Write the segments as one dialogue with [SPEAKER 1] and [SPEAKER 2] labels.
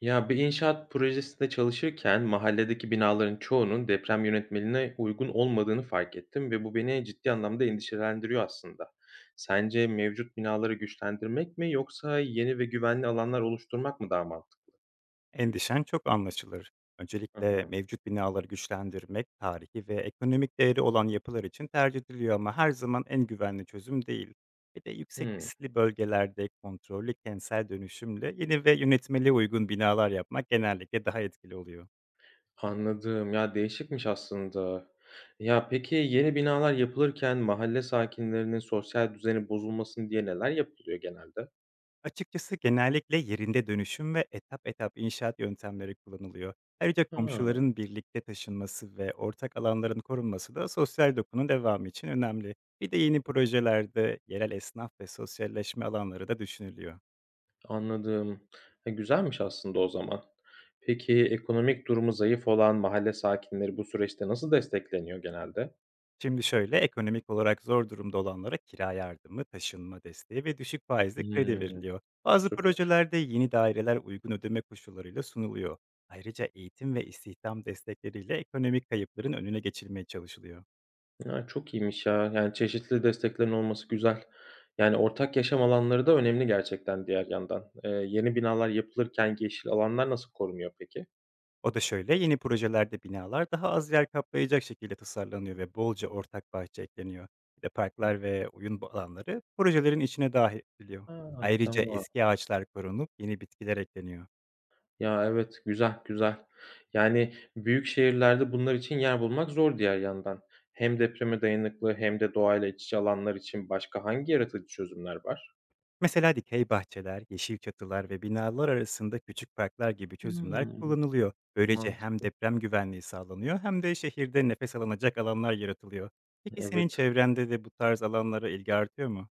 [SPEAKER 1] Ya, bir inşaat projesinde çalışırken mahalledeki binaların çoğunun deprem yönetmeliğine uygun olmadığını fark ettim ve bu beni ciddi anlamda endişelendiriyor aslında. Sence mevcut binaları güçlendirmek mi yoksa yeni ve güvenli alanlar oluşturmak mı daha mantıklı?
[SPEAKER 2] Endişen çok anlaşılır.
[SPEAKER 1] Hı
[SPEAKER 2] Öncelikle
[SPEAKER 1] hı.
[SPEAKER 2] mevcut binaları güçlendirmek, tarihi ve ekonomik değeri olan yapılar için tercih ediliyor ama her zaman en güvenli çözüm değil. Bir de yüksek
[SPEAKER 1] Hımm,
[SPEAKER 2] riskli bölgelerde kontrollü kentsel dönüşümle yeni ve yönetmeliğe uygun binalar yapmak genellikle daha etkili oluyor.
[SPEAKER 1] Anladım. Ya, değişikmiş aslında. Ya, peki yeni binalar yapılırken mahalle sakinlerinin sosyal düzeni bozulmasın diye neler yapılıyor genelde?
[SPEAKER 2] Açıkçası genellikle yerinde dönüşüm ve etap etap inşaat yöntemleri kullanılıyor. Ayrıca
[SPEAKER 1] Ha.
[SPEAKER 2] komşuların birlikte taşınması ve ortak alanların korunması da sosyal dokunun devamı için önemli. Bir de yeni projelerde yerel esnaf ve sosyalleşme alanları da düşünülüyor.
[SPEAKER 1] Anladım. Güzelmiş aslında o zaman. Peki ekonomik durumu zayıf olan mahalle sakinleri bu süreçte nasıl destekleniyor genelde?
[SPEAKER 2] Şimdi şöyle ekonomik olarak zor durumda olanlara kira yardımı, taşınma desteği ve düşük faizli kredi
[SPEAKER 1] Hımm,
[SPEAKER 2] veriliyor. Bazı
[SPEAKER 1] Süper.
[SPEAKER 2] projelerde yeni daireler uygun ödeme koşullarıyla sunuluyor. Ayrıca eğitim ve istihdam destekleriyle ekonomik kayıpların önüne geçilmeye çalışılıyor.
[SPEAKER 1] Ya, çok iyiymiş ya. Yani çeşitli desteklerin olması güzel. Yani ortak yaşam alanları da önemli gerçekten diğer yandan. Yeni binalar yapılırken yeşil alanlar nasıl korunuyor peki?
[SPEAKER 2] O da şöyle, yeni projelerde binalar daha az yer kaplayacak şekilde tasarlanıyor ve bolca ortak bahçe ekleniyor. Bir de parklar ve oyun bu alanları projelerin içine dahil ediliyor.
[SPEAKER 1] A,
[SPEAKER 2] Ayrıca
[SPEAKER 1] tamam.
[SPEAKER 2] eski ağaçlar korunup yeni bitkiler ekleniyor.
[SPEAKER 1] Ya, evet, güzel, güzel. Yani, büyük şehirlerde bunlar için yer bulmak zor diğer yandan. Hem depreme dayanıklı hem de doğayla iç içe alanlar için başka hangi yaratıcı çözümler var?
[SPEAKER 2] Mesela dikey bahçeler, yeşil çatılar ve binalar arasında küçük parklar gibi çözümler
[SPEAKER 1] Hımm,
[SPEAKER 2] kullanılıyor. Böylece hem
[SPEAKER 1] Mantıklı.
[SPEAKER 2] deprem güvenliği sağlanıyor hem de şehirde nefes alınacak alanlar yaratılıyor. Peki senin
[SPEAKER 1] Evet.
[SPEAKER 2] çevrende de bu tarz alanlara ilgi artıyor mu?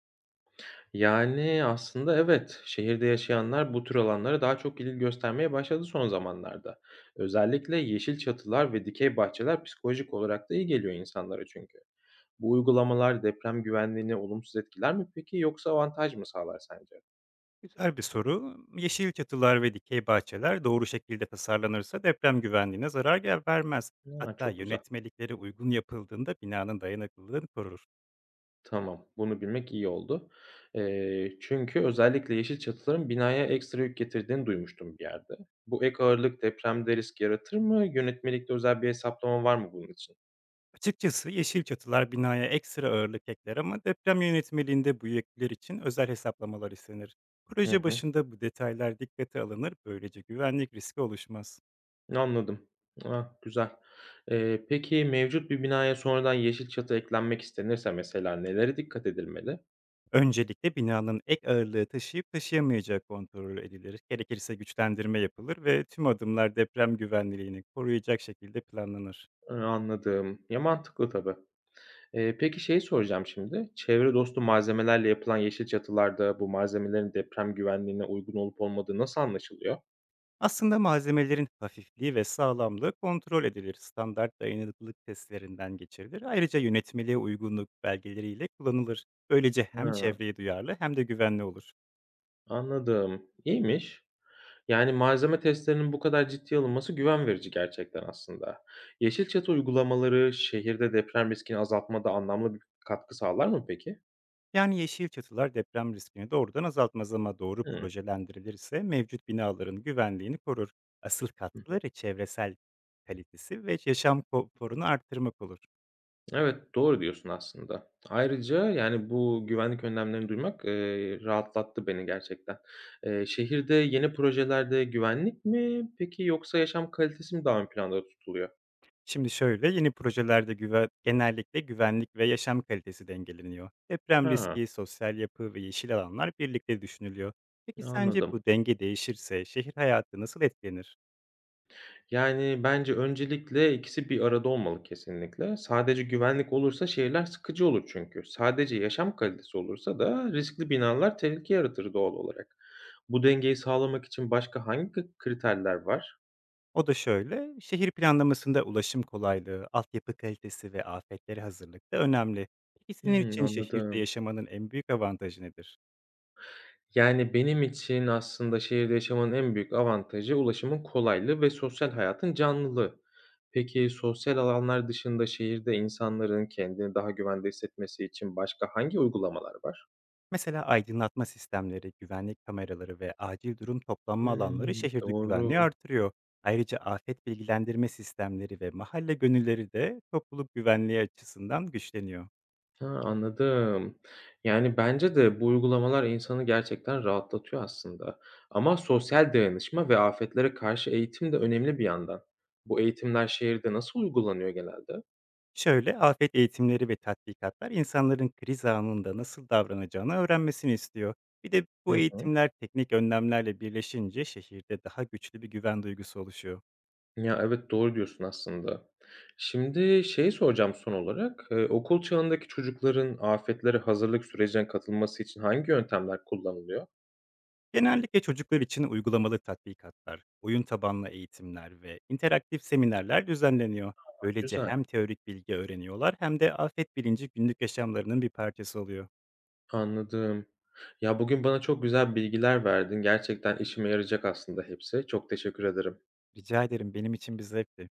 [SPEAKER 1] Yani, aslında evet, şehirde yaşayanlar bu tür alanlara daha çok ilgi göstermeye başladı son zamanlarda. Özellikle yeşil çatılar ve dikey bahçeler psikolojik olarak da iyi geliyor insanlara çünkü. Bu uygulamalar deprem güvenliğini olumsuz etkiler mi peki yoksa avantaj mı sağlar sence?
[SPEAKER 2] Güzel bir soru. Yeşil çatılar ve dikey bahçeler doğru şekilde tasarlanırsa deprem güvenliğine zarar vermez.
[SPEAKER 1] A,
[SPEAKER 2] Hatta
[SPEAKER 1] çok güzel.
[SPEAKER 2] yönetmeliklere uygun yapıldığında binanın dayanıklılığını korur.
[SPEAKER 1] Tamam, bunu bilmek iyi oldu. Çünkü özellikle yeşil çatıların binaya ekstra yük getirdiğini duymuştum bir yerde. Bu ek ağırlık depremde risk yaratır mı? Yönetmelikte özel bir hesaplama var mı bunun için?
[SPEAKER 2] Açıkçası yeşil çatılar binaya ekstra ağırlık ekler ama deprem yönetmeliğinde bu yükler için özel hesaplamalar istenir.
[SPEAKER 1] Hı
[SPEAKER 2] Proje
[SPEAKER 1] hı.
[SPEAKER 2] başında bu detaylar dikkate alınır, böylece güvenlik riski oluşmaz.
[SPEAKER 1] Anladım. Ah, güzel. Peki mevcut bir binaya sonradan yeşil çatı eklenmek istenirse mesela nelere dikkat edilmeli?
[SPEAKER 2] Öncelikle binanın ek ağırlığı taşıyıp taşıyamayacağı kontrol edilir. Gerekirse güçlendirme yapılır ve tüm adımlar deprem güvenliğini koruyacak şekilde planlanır.
[SPEAKER 1] Anladım. Ya, mantıklı tabii. Peki şey soracağım şimdi. Çevre dostu malzemelerle yapılan yeşil çatılarda bu malzemelerin deprem güvenliğine uygun olup olmadığı nasıl anlaşılıyor?
[SPEAKER 2] Aslında malzemelerin hafifliği ve sağlamlığı kontrol edilir. Standart dayanıklılık testlerinden geçirilir. Ayrıca yönetmeliğe uygunluk belgeleriyle kullanılır. Böylece hem
[SPEAKER 1] Hıı,
[SPEAKER 2] çevreye duyarlı hem de güvenli olur.
[SPEAKER 1] Anladım. İyiymiş. Yani malzeme testlerinin bu kadar ciddiye alınması güven verici gerçekten aslında. Yeşil çatı uygulamaları şehirde deprem riskini azaltmada anlamlı bir katkı sağlar mı peki?
[SPEAKER 2] Yani yeşil çatılar deprem riskini doğrudan azaltmaz ama doğru
[SPEAKER 1] Hıı.
[SPEAKER 2] projelendirilirse mevcut binaların güvenliğini korur. Asıl katkıları çevresel kalitesi ve yaşam konforunu arttırmak olur.
[SPEAKER 1] Evet, doğru diyorsun aslında. Ayrıca, yani, bu güvenlik önlemlerini duymak, rahatlattı beni gerçekten. Şehirde yeni projelerde güvenlik mi peki yoksa yaşam kalitesi mi daha ön planda tutuluyor?
[SPEAKER 2] Şimdi şöyle yeni projelerde genellikle güvenlik ve yaşam kalitesi dengeleniyor. Deprem
[SPEAKER 1] Ha,
[SPEAKER 2] riski, sosyal yapı ve yeşil alanlar birlikte düşünülüyor. Peki sence bu
[SPEAKER 1] anladım.
[SPEAKER 2] denge değişirse şehir hayatı nasıl etkilenir?
[SPEAKER 1] Yani, bence öncelikle ikisi bir arada olmalı kesinlikle. Sadece güvenlik olursa şehirler sıkıcı olur çünkü. Sadece yaşam kalitesi olursa da riskli binalar tehlike yaratır doğal olarak. Bu dengeyi sağlamak için başka hangi kriterler var?
[SPEAKER 2] O da şöyle, şehir planlamasında ulaşım kolaylığı, altyapı kalitesi ve afetlere hazırlık da önemli. Peki senin için şehirde
[SPEAKER 1] Anladım.
[SPEAKER 2] yaşamanın en büyük avantajı nedir?
[SPEAKER 1] Yani, benim için aslında şehirde yaşamanın en büyük avantajı ulaşımın kolaylığı ve sosyal hayatın canlılığı. Peki, sosyal alanlar dışında şehirde insanların kendini daha güvende hissetmesi için başka hangi uygulamalar var?
[SPEAKER 2] Mesela aydınlatma sistemleri, güvenlik kameraları ve acil durum toplanma alanları
[SPEAKER 1] Hımm,
[SPEAKER 2] şehirde güvenliği
[SPEAKER 1] doğru.
[SPEAKER 2] artırıyor. Ayrıca afet bilgilendirme sistemleri ve mahalle gönülleri de topluluk güvenliği açısından güçleniyor.
[SPEAKER 1] Ha, anladım. Yani, bence de bu uygulamalar insanı gerçekten rahatlatıyor aslında ama sosyal dayanışma ve afetlere karşı eğitim de önemli bir yandan. Bu eğitimler şehirde nasıl uygulanıyor genelde?
[SPEAKER 2] Şöyle, afet eğitimleri ve tatbikatlar insanların kriz anında nasıl davranacağını öğrenmesini istiyor. Bir de bu
[SPEAKER 1] Hı hı.
[SPEAKER 2] eğitimler teknik önlemlerle birleşince şehirde daha güçlü bir güven duygusu oluşuyor.
[SPEAKER 1] Ya, evet, doğru diyorsun aslında. Şimdi şeyi soracağım son olarak, okul çağındaki çocukların afetlere hazırlık sürecine katılması için hangi yöntemler kullanılıyor?
[SPEAKER 2] Genellikle çocuklar için uygulamalı tatbikatlar, oyun tabanlı eğitimler ve interaktif seminerler düzenleniyor. Böylece
[SPEAKER 1] Güzel,
[SPEAKER 2] hem teorik bilgi öğreniyorlar hem de afet bilinci günlük yaşamlarının bir parçası oluyor.
[SPEAKER 1] anladım. Ya, bugün bana çok güzel bilgiler verdin. Gerçekten işime yarayacak aslında hepsi. Çok teşekkür ederim.
[SPEAKER 2] Rica ederim benim için bir zevkti.